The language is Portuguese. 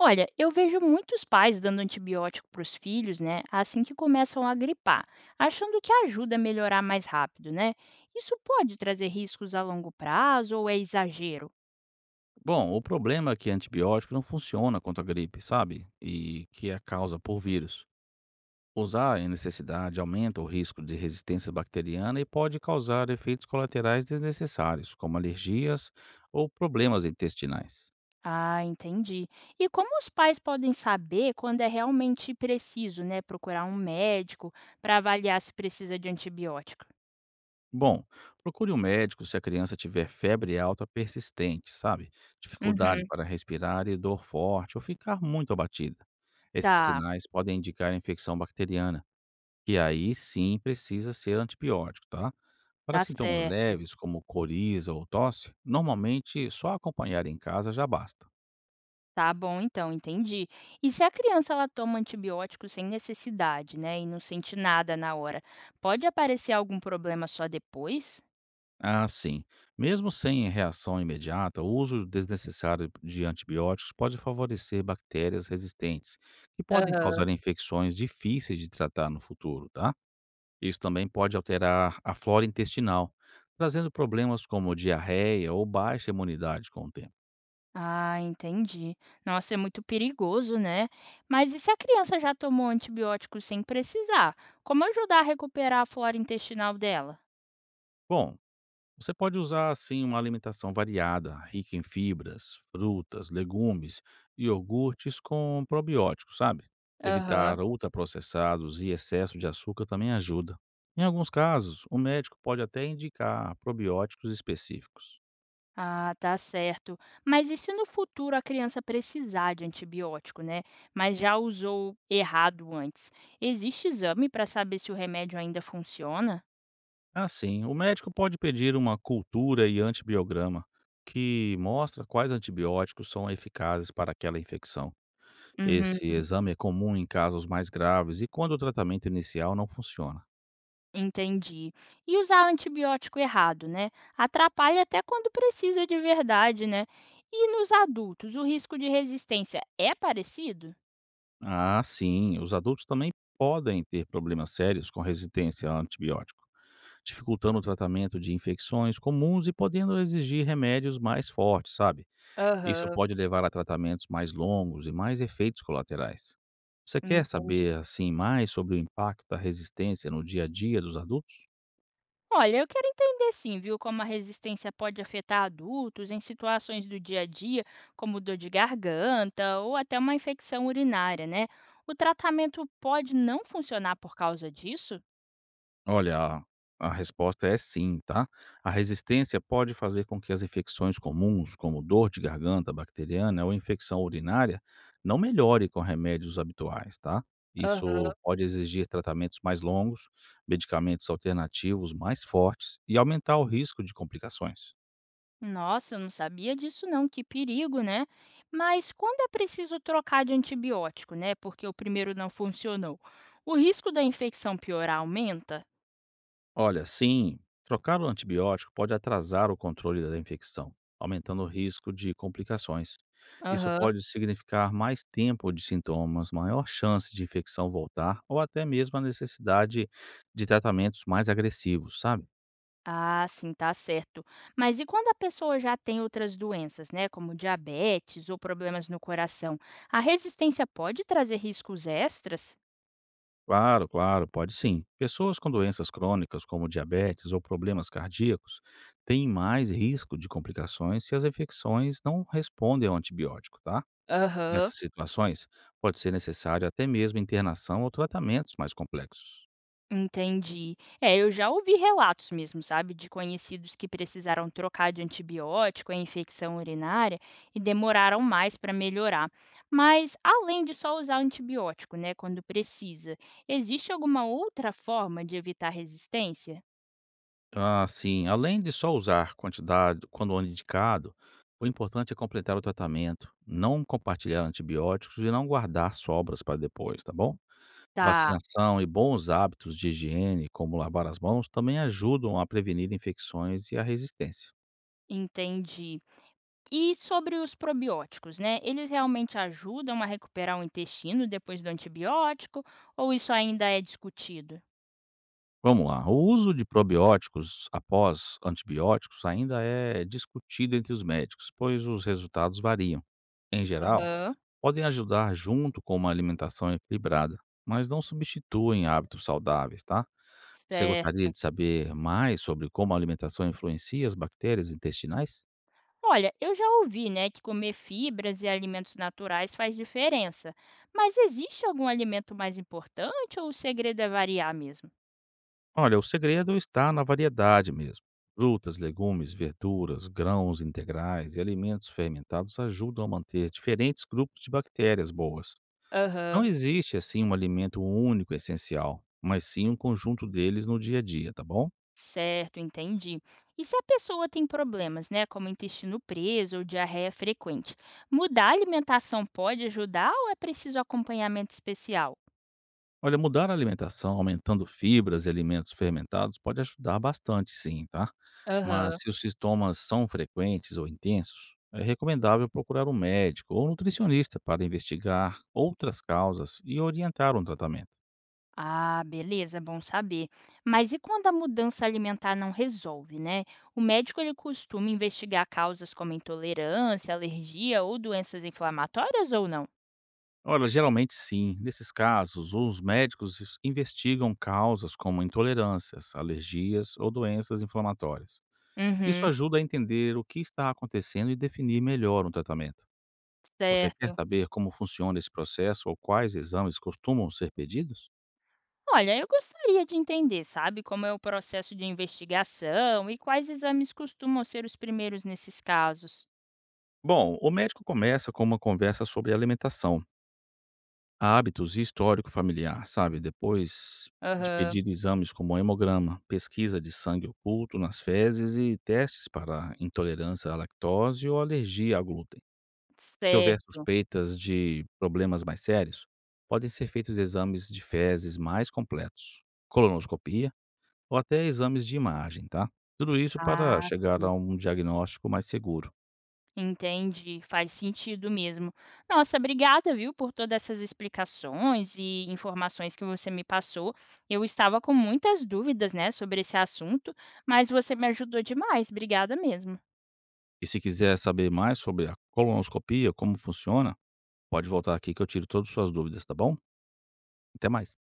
Olha, eu vejo muitos pais dando antibiótico para os filhos, né, assim que começam a gripar, achando que ajuda a melhorar mais rápido, né? Isso pode trazer riscos a longo prazo ou é exagero? Bom, o problema é que antibiótico não funciona contra a gripe, sabe? E que é causa por vírus. Usar em necessidade aumenta o risco de resistência bacteriana e pode causar efeitos colaterais desnecessários, como alergias ou problemas intestinais. Ah, entendi. E como os pais podem saber quando é realmente preciso, né, procurar um médico para avaliar se precisa de antibiótico? Bom, procure um médico se a criança tiver febre alta persistente, sabe? Uhum, Dificuldade para respirar e dor forte ou ficar muito abatida. Esses tá, sinais podem indicar infecção bacteriana, que aí sim precisa ser antibiótico, tá? Para tá sintomas certo. leves, como coriza ou tosse, normalmente só acompanhar em casa já basta. Tá bom, então, entendi. E se a criança ela toma antibiótico sem necessidade, né, e não sente nada na hora, pode aparecer algum problema só depois? Assim, mesmo sem reação imediata, o uso desnecessário de antibióticos pode favorecer bactérias resistentes, que podem Aham. causar infecções difíceis de tratar no futuro, tá? Isso também pode alterar a flora intestinal, trazendo problemas como diarreia ou baixa imunidade com o tempo. Ah, entendi. Nossa, é muito perigoso, né? Mas e se a criança já tomou antibiótico sem precisar? Como ajudar a recuperar a flora intestinal dela? Bom, você pode usar, assim, uma alimentação variada, rica em fibras, frutas, legumes e iogurtes com probióticos, sabe? Aham. Evitar ultraprocessados e excesso de açúcar também ajuda. Em alguns casos, o médico pode até indicar probióticos específicos. Ah, tá certo. Mas e se no futuro a criança precisar de antibiótico, né? Mas já usou errado antes? Existe exame para saber se o remédio ainda funciona? Assim, o médico pode pedir uma cultura e antibiograma, que mostra quais antibióticos são eficazes para aquela infecção. Uhum, Esse exame é comum em casos mais graves e quando o tratamento inicial não funciona. entendi. E usar antibiótico errado, né? Atrapalha até quando precisa de verdade, né? E nos adultos, o risco de resistência é parecido? Ah, sim. Os adultos também podem ter problemas sérios com resistência a antibiótico, dificultando o tratamento de infecções comuns e podendo exigir remédios mais fortes, sabe? Isso Aham, pode levar a tratamentos mais longos e mais efeitos colaterais. Você quer entendi. saber assim mais sobre o impacto da resistência no dia a dia dos adultos? Olha, eu quero entender sim, viu, como a resistência pode afetar adultos em situações do dia a dia, como dor de garganta ou até uma infecção urinária, né? O tratamento pode não funcionar por causa disso? Olha, a resposta é sim, tá? A resistência pode fazer com que as infecções comuns, como dor de garganta bacteriana ou infecção urinária, não melhore com remédios habituais, tá? Aham. Isso pode exigir tratamentos mais longos, medicamentos alternativos mais fortes e aumentar o risco de complicações. Nossa, eu não sabia disso não, que perigo, né? Mas quando é preciso trocar de antibiótico, né? Porque o primeiro não funcionou, o risco da infecção piorar aumenta? Olha, sim, trocar o antibiótico pode atrasar o controle da infecção, aumentando o risco de complicações. Isso Aham. pode significar mais tempo de sintomas, maior chance de infecção voltar ou até mesmo a necessidade de tratamentos mais agressivos, sabe? Ah, sim, tá certo. Mas e quando a pessoa já tem outras doenças, né, como diabetes ou problemas no coração, a resistência pode trazer riscos extras? Claro, claro, pode sim. Pessoas com doenças crônicas, como diabetes ou problemas cardíacos, têm mais risco de complicações se as infecções não respondem ao antibiótico, tá? Aham, Nessas situações, pode ser necessário até mesmo internação ou tratamentos mais complexos. entendi. É, eu já ouvi relatos mesmo, sabe, de conhecidos que precisaram trocar de antibiótico em infecção urinária e demoraram mais para melhorar. Mas além de só usar antibiótico, né, quando precisa, existe alguma outra forma de evitar resistência? Assim, além de só usar quantidade quando indicado, o importante é completar o tratamento, não compartilhar antibióticos e não guardar sobras para depois, tá bom? Tá, Vacinação e bons hábitos de higiene, como lavar as mãos, também ajudam a prevenir infecções e a resistência. entendi. E sobre os probióticos, né? Eles realmente ajudam a recuperar o intestino depois do antibiótico ou isso ainda é discutido? Vamos lá. O uso de probióticos após antibióticos ainda é discutido entre os médicos, pois os resultados variam. Em geral, Aham. podem ajudar junto com uma alimentação equilibrada, mas não substituem hábitos saudáveis, tá? Você gostaria Certo. de saber mais sobre como a alimentação influencia as bactérias intestinais? Olha, eu já ouvi, né, que comer fibras e alimentos naturais faz diferença. Mas existe algum alimento mais importante ou o segredo é variar mesmo? Olha, o segredo está na variedade mesmo. Frutas, legumes, verduras, grãos integrais e alimentos fermentados ajudam a manter diferentes grupos de bactérias boas. Não Aham. existe, assim, um alimento único essencial, mas sim um conjunto deles no dia a dia, tá bom? Certo, entendi. E se a pessoa tem problemas, né, como intestino preso ou diarreia frequente, mudar a alimentação pode ajudar ou é preciso acompanhamento especial? Olha, mudar a alimentação aumentando fibras e alimentos fermentados pode ajudar bastante, sim, tá? Mas Aham. se os sintomas são frequentes ou intensos, é recomendável procurar um médico ou nutricionista para investigar outras causas e orientar um tratamento. Ah, beleza, é bom saber. Mas e quando a mudança alimentar não resolve, né? O médico ele costuma investigar causas como intolerância, alergia ou doenças inflamatórias ou não? Olha, geralmente sim. Nesses casos, os médicos investigam causas como intolerâncias, alergias ou doenças inflamatórias. Isso Uhum, ajuda a entender o que está acontecendo e definir melhor um tratamento. Você quer certo. saber como funciona esse processo ou quais exames costumam ser pedidos? Olha, eu gostaria de entender, sabe, como é o processo de investigação e quais exames costumam ser os primeiros nesses casos. Bom, o médico começa com uma conversa sobre alimentação, hábitos e histórico familiar, sabe? Depois de Aham, pedir exames como hemograma, pesquisa de sangue oculto nas fezes e testes para intolerância à lactose ou alergia a glúten. Se houver certo. suspeitas de problemas mais sérios, podem ser feitos exames de fezes mais completos, colonoscopia ou até exames de imagem, tá? Tudo isso para Ah, chegar a um diagnóstico mais seguro. entendi, faz sentido mesmo. Nossa, obrigada, viu, por todas essas explicações e informações que você me passou. Eu estava com muitas dúvidas, né, sobre esse assunto, mas você me ajudou demais. Obrigada mesmo. E se quiser saber mais sobre a colonoscopia, como funciona, pode voltar aqui que eu tiro todas as suas dúvidas, tá bom? Até mais.